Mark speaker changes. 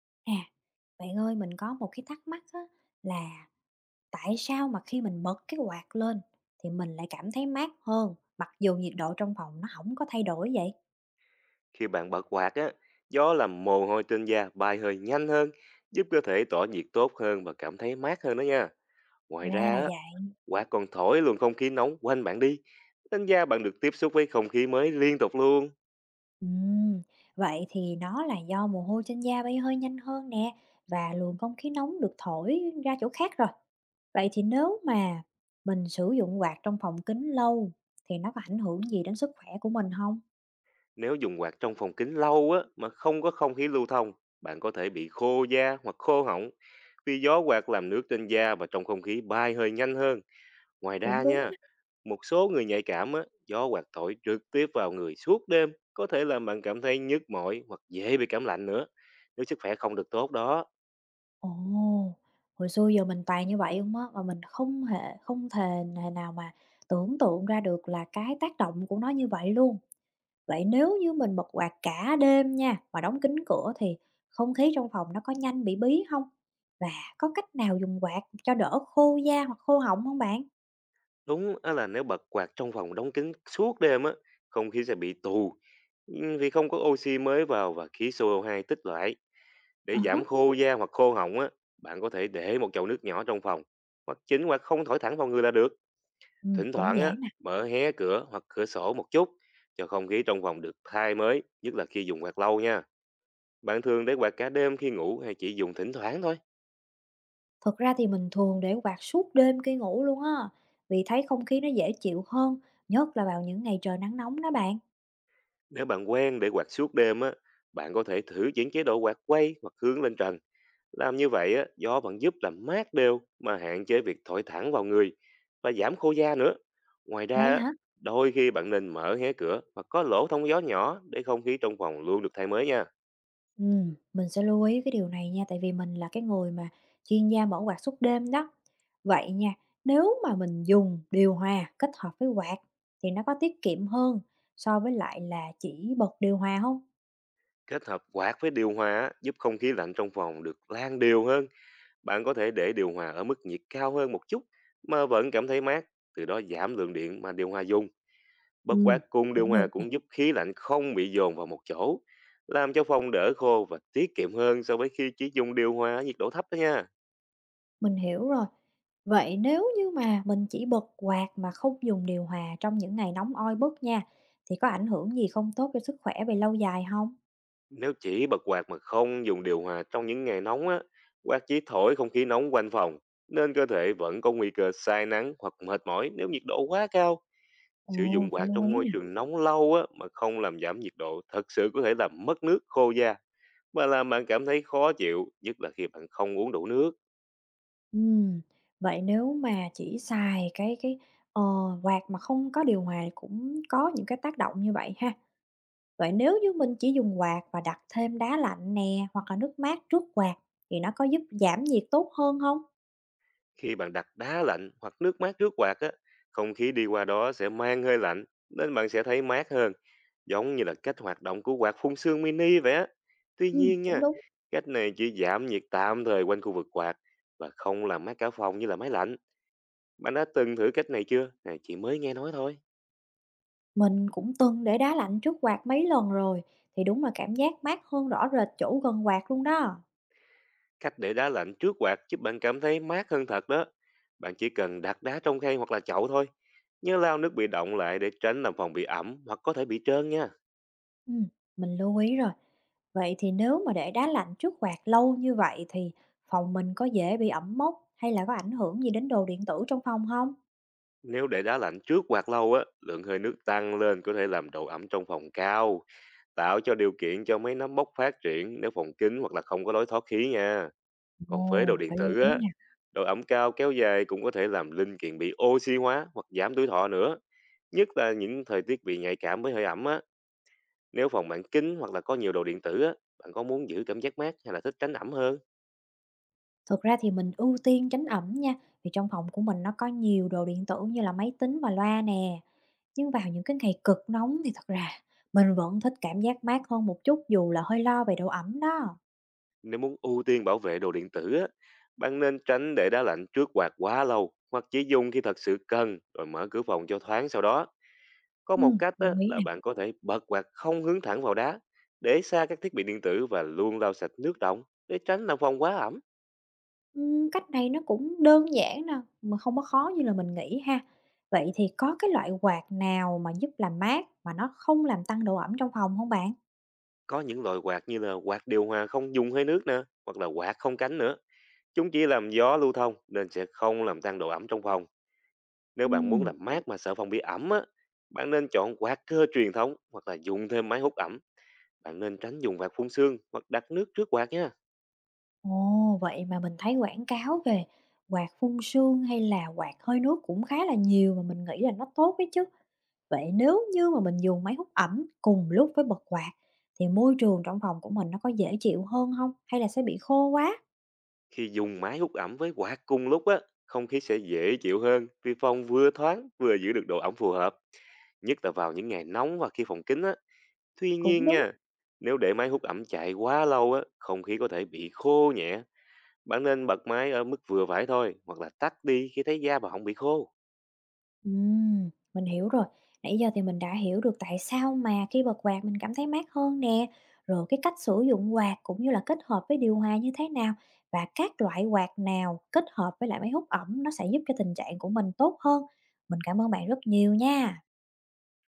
Speaker 1: À, bạn ơi, mình có một cái thắc mắc á, là tại sao mà khi mình bật cái quạt lên thì mình lại cảm thấy mát hơn, mặc dù nhiệt độ trong phòng nó không có thay đổi vậy?
Speaker 2: Khi bạn bật quạt á, gió làm mồ hôi trên da bay hơi nhanh hơn, giúp cơ thể tỏa nhiệt tốt hơn và cảm thấy mát hơn đó nha. Ngoài
Speaker 1: Ra
Speaker 2: ra
Speaker 1: là
Speaker 2: á,
Speaker 1: vậy.
Speaker 2: quạt còn thổi luồng không khí nóng quanh bạn đi, nên da bạn được tiếp xúc với không khí mới liên tục luôn.
Speaker 1: Ừm, vậy thì nó là do mồ hôi trên da bay hơi nhanh hơn nè và luồng không khí nóng được thổi ra chỗ khác rồi. Vậy thì nếu mà mình sử dụng quạt trong phòng kín lâu thì nó có ảnh hưởng gì đến sức khỏe của mình không?
Speaker 2: Nếu dùng quạt trong phòng kính lâu á mà không có không khí lưu thông, bạn có thể bị khô da hoặc khô họng vì gió quạt làm nước trên da và trong không khí bay hơi nhanh hơn. Ngoài ra
Speaker 1: Cũng đúng.
Speaker 2: nha, một số người nhạy cảm á, do quạt thổi trực tiếp vào người suốt đêm có thể làm bạn cảm thấy nhức mỏi hoặc dễ bị cảm lạnh nữa. Nếu sức khỏe không được tốt đó,
Speaker 1: Ồ! Hồi xưa giờ mình toàn như vậy hông á, và mình không hề không thể thể nào mà tưởng tượng ra được là cái tác động của nó như vậy luôn. Vậy nếu như mình bật quạt cả đêm nha, và đóng kín cửa thì không khí trong phòng nó có nhanh bị bí không? Và có cách nào dùng quạt cho đỡ khô da hoặc khô họng không bạn?
Speaker 2: đúng á là nếu bật quạt trong phòng đóng kín suốt đêm á, không khí sẽ bị tù, ừ, vì không có oxy mới vào và khí CO2 tích lại. Để
Speaker 1: À há,
Speaker 2: giảm khô da hoặc khô họng á, bạn có thể để một chậu nước nhỏ trong phòng hoặc chính hoặc không thổi thẳng vào người là được. Thỉnh
Speaker 1: cũng
Speaker 2: thoảng
Speaker 1: dễ
Speaker 2: á,
Speaker 1: nè.
Speaker 2: mở hé cửa hoặc cửa sổ một chút cho không khí trong phòng được thay mới, nhất là khi dùng quạt lâu nha. Bạn thường để quạt cả đêm khi ngủ hay chỉ dùng thỉnh thoảng thôi?
Speaker 1: Thật ra thì mình thường để quạt suốt đêm khi ngủ luôn á, vì thấy không khí nó dễ chịu hơn, nhất là vào những ngày trời nắng nóng đó bạn.
Speaker 2: Nếu bạn quen để quạt suốt đêm á, bạn có thể thử chuyển chế độ quạt quay hoặc hướng lên trần. Làm như vậy á, gió vẫn giúp làm mát đều mà hạn chế việc thổi thẳng vào người và giảm khô da nữa. Ngoài ra
Speaker 1: Vậy
Speaker 2: á,
Speaker 1: hả?
Speaker 2: đôi khi bạn nên mở hé cửa hoặc có lỗ thông gió nhỏ để không khí trong phòng luôn được thay mới nha.
Speaker 1: Mình sẽ lưu ý cái điều này nha, tại vì mình là cái người mà chuyên gia mở quạt suốt đêm đó. Vậy nha, nếu mà mình dùng điều hòa kết hợp với quạt thì nó có tiết kiệm hơn so với lại là chỉ bật điều hòa không?
Speaker 2: Kết hợp quạt với điều hòa á, giúp không khí lạnh trong phòng được lan đều hơn. Bạn có thể để điều hòa ở mức nhiệt cao hơn một chút mà vẫn cảm thấy mát, từ đó giảm lượng điện mà điều hòa dùng. Bất quá
Speaker 1: Ừ.
Speaker 2: cùng điều
Speaker 1: Cũng
Speaker 2: hòa
Speaker 1: được nè,
Speaker 2: cũng giúp khí lạnh không bị dồn vào một chỗ, làm cho phòng đỡ khô và tiết kiệm hơn so với khi chỉ dùng điều hòa ở nhiệt độ thấp đó nha.
Speaker 1: mình hiểu rồi. Vậy nếu như mà mình chỉ bật quạt mà không dùng điều hòa trong những ngày nóng oi bức nha, thì có ảnh hưởng gì không tốt cho sức khỏe về lâu dài không?
Speaker 2: Nếu chỉ bật quạt mà không dùng điều hòa trong những ngày nóng á, quạt chỉ thổi không khí nóng quanh phòng, nên cơ thể vẫn có nguy cơ sai nắng hoặc mệt mỏi nếu nhiệt độ quá cao. Sử
Speaker 1: Ồ,
Speaker 2: dụng
Speaker 1: phải
Speaker 2: quạt
Speaker 1: lưu
Speaker 2: trong
Speaker 1: ý
Speaker 2: môi
Speaker 1: nè.
Speaker 2: trường nóng lâu á, mà không làm giảm nhiệt độ thật sự có thể làm mất nước khô da mà làm bạn cảm thấy khó chịu, nhất là khi bạn không uống đủ nước.
Speaker 1: Ừm, vậy nếu mà chỉ xài cái, ờ, quạt mà không có điều hòa thì cũng có những cái tác động như vậy ha. Vậy nếu như mình chỉ dùng quạt và đặt thêm đá lạnh nè, hoặc là nước mát trước quạt thì nó có giúp giảm nhiệt tốt hơn không?
Speaker 2: Khi bạn đặt đá lạnh hoặc nước mát trước quạt á, không khí đi qua đó sẽ mang hơi lạnh, nên bạn sẽ thấy mát hơn, giống như là cách hoạt động của quạt phun sương mini vậy á. Tuy nhiên
Speaker 1: Cũng
Speaker 2: nha,
Speaker 1: đúng,
Speaker 2: cách này chỉ giảm nhiệt tạm thời quanh khu vực quạt và không làm mát cả phòng như là máy lạnh. Bạn đã từng thử cách này chưa? Này, chỉ mới nghe nói thôi.
Speaker 1: mình cũng từng để đá lạnh trước quạt mấy lần rồi, thì đúng là cảm giác mát hơn rõ rệt chỗ gần quạt luôn đó.
Speaker 2: Cách để đá lạnh trước quạt giúp bạn cảm thấy mát hơn thật đó. Bạn chỉ cần đặt đá trong khay hoặc là chậu thôi. Nhớ lau nước bị động lại để tránh làm phòng bị ẩm hoặc có thể bị trơn nha.
Speaker 1: Ừm, mình lưu ý rồi. Vậy thì nếu mà để đá lạnh trước quạt lâu như vậy thì phòng mình có dễ bị ẩm mốc hay là có ảnh hưởng gì đến đồ điện tử trong phòng không?
Speaker 2: Nếu để đá lạnh trước quạt lâu á, lượng hơi nước tăng lên có thể làm độ ẩm trong phòng cao, tạo cho điều kiện cho mấy nấm mốc phát triển nếu phòng kín hoặc là không có lối thoát khí nha. Còn với đồ
Speaker 1: Ồ,
Speaker 2: điện
Speaker 1: phải lưu
Speaker 2: tử
Speaker 1: ý
Speaker 2: á,
Speaker 1: nè.
Speaker 2: độ ẩm cao kéo dài cũng có thể làm linh kiện bị oxy hóa hoặc giảm tuổi thọ nữa. Nhất là những thời tiết bị nhạy cảm với hơi ẩm á. Nếu phòng bạn kín hoặc là có nhiều đồ điện tử á, bạn có muốn giữ cảm giác mát hay là thích tránh ẩm hơn?
Speaker 1: Thực ra thì mình ưu tiên tránh ẩm nha, vì trong phòng của mình nó có nhiều đồ điện tử như là máy tính và loa nè. Nhưng vào những cái ngày cực nóng thì thật ra mình vẫn thích cảm giác mát hơn một chút dù là hơi lo về độ ẩm đó.
Speaker 2: Nếu muốn ưu tiên bảo vệ đồ điện tử á, bạn nên tránh để đá lạnh trước quạt quá lâu hoặc chỉ dùng khi thật sự cần rồi mở cửa phòng cho thoáng sau đó. Có một cách
Speaker 1: Lưu
Speaker 2: á,
Speaker 1: ý
Speaker 2: là
Speaker 1: nè.
Speaker 2: bạn có thể bật quạt không hướng thẳng vào đá, để xa các thiết bị điện tử và luôn lau sạch nước động để tránh làm phòng quá ẩm.
Speaker 1: Cách này nó cũng đơn giản nè, mà không có khó như là mình nghĩ ha. Vậy thì có cái loại quạt nào mà giúp làm mát mà nó không làm tăng độ ẩm trong phòng không bạn?
Speaker 2: Có những loại quạt như là quạt điều hòa không dùng hơi nước nè, hoặc là quạt không cánh nữa. Chúng chỉ làm gió lưu thông nên sẽ không làm tăng độ ẩm trong phòng. Nếu bạn muốn
Speaker 1: Ừm.
Speaker 2: làm mát mà sợ phòng bị ẩm á, bạn nên chọn quạt cơ truyền thống hoặc là dùng thêm máy hút ẩm. Bạn nên tránh dùng quạt phun sương hoặc đặt nước trước quạt nha.
Speaker 1: Ồ, vậy mà mình thấy quảng cáo về quạt phun sương hay là quạt hơi nước cũng khá là nhiều mà mình nghĩ là nó tốt đấy chứ. Vậy nếu như mà mình dùng máy hút ẩm cùng lúc với bật quạt thì môi trường trong phòng của mình nó có dễ chịu hơn không hay là sẽ bị khô quá?
Speaker 2: Khi dùng máy hút ẩm với quạt cùng lúc á, không khí sẽ dễ chịu hơn vì phòng vừa thoáng vừa giữ được độ ẩm phù hợp. Nhất là vào những ngày nóng và khi phòng kín á. Tuy
Speaker 1: Cũng
Speaker 2: nhiên
Speaker 1: đúng.
Speaker 2: nha, nếu để máy hút ẩm chạy quá lâu á, không khí có thể bị khô nhẹ. Bạn nên bật máy ở mức vừa phải thôi hoặc là tắt đi khi thấy da bạn không bị khô.
Speaker 1: Mình hiểu rồi. Nãy giờ thì mình đã hiểu được tại sao mà khi bật quạt mình cảm thấy mát hơn nè, rồi cái cách sử dụng quạt cũng như là kết hợp với điều hòa như thế nào và các loại quạt nào kết hợp với lại máy hút ẩm nó sẽ giúp cho tình trạng của mình tốt hơn. Mình cảm ơn bạn rất nhiều nha.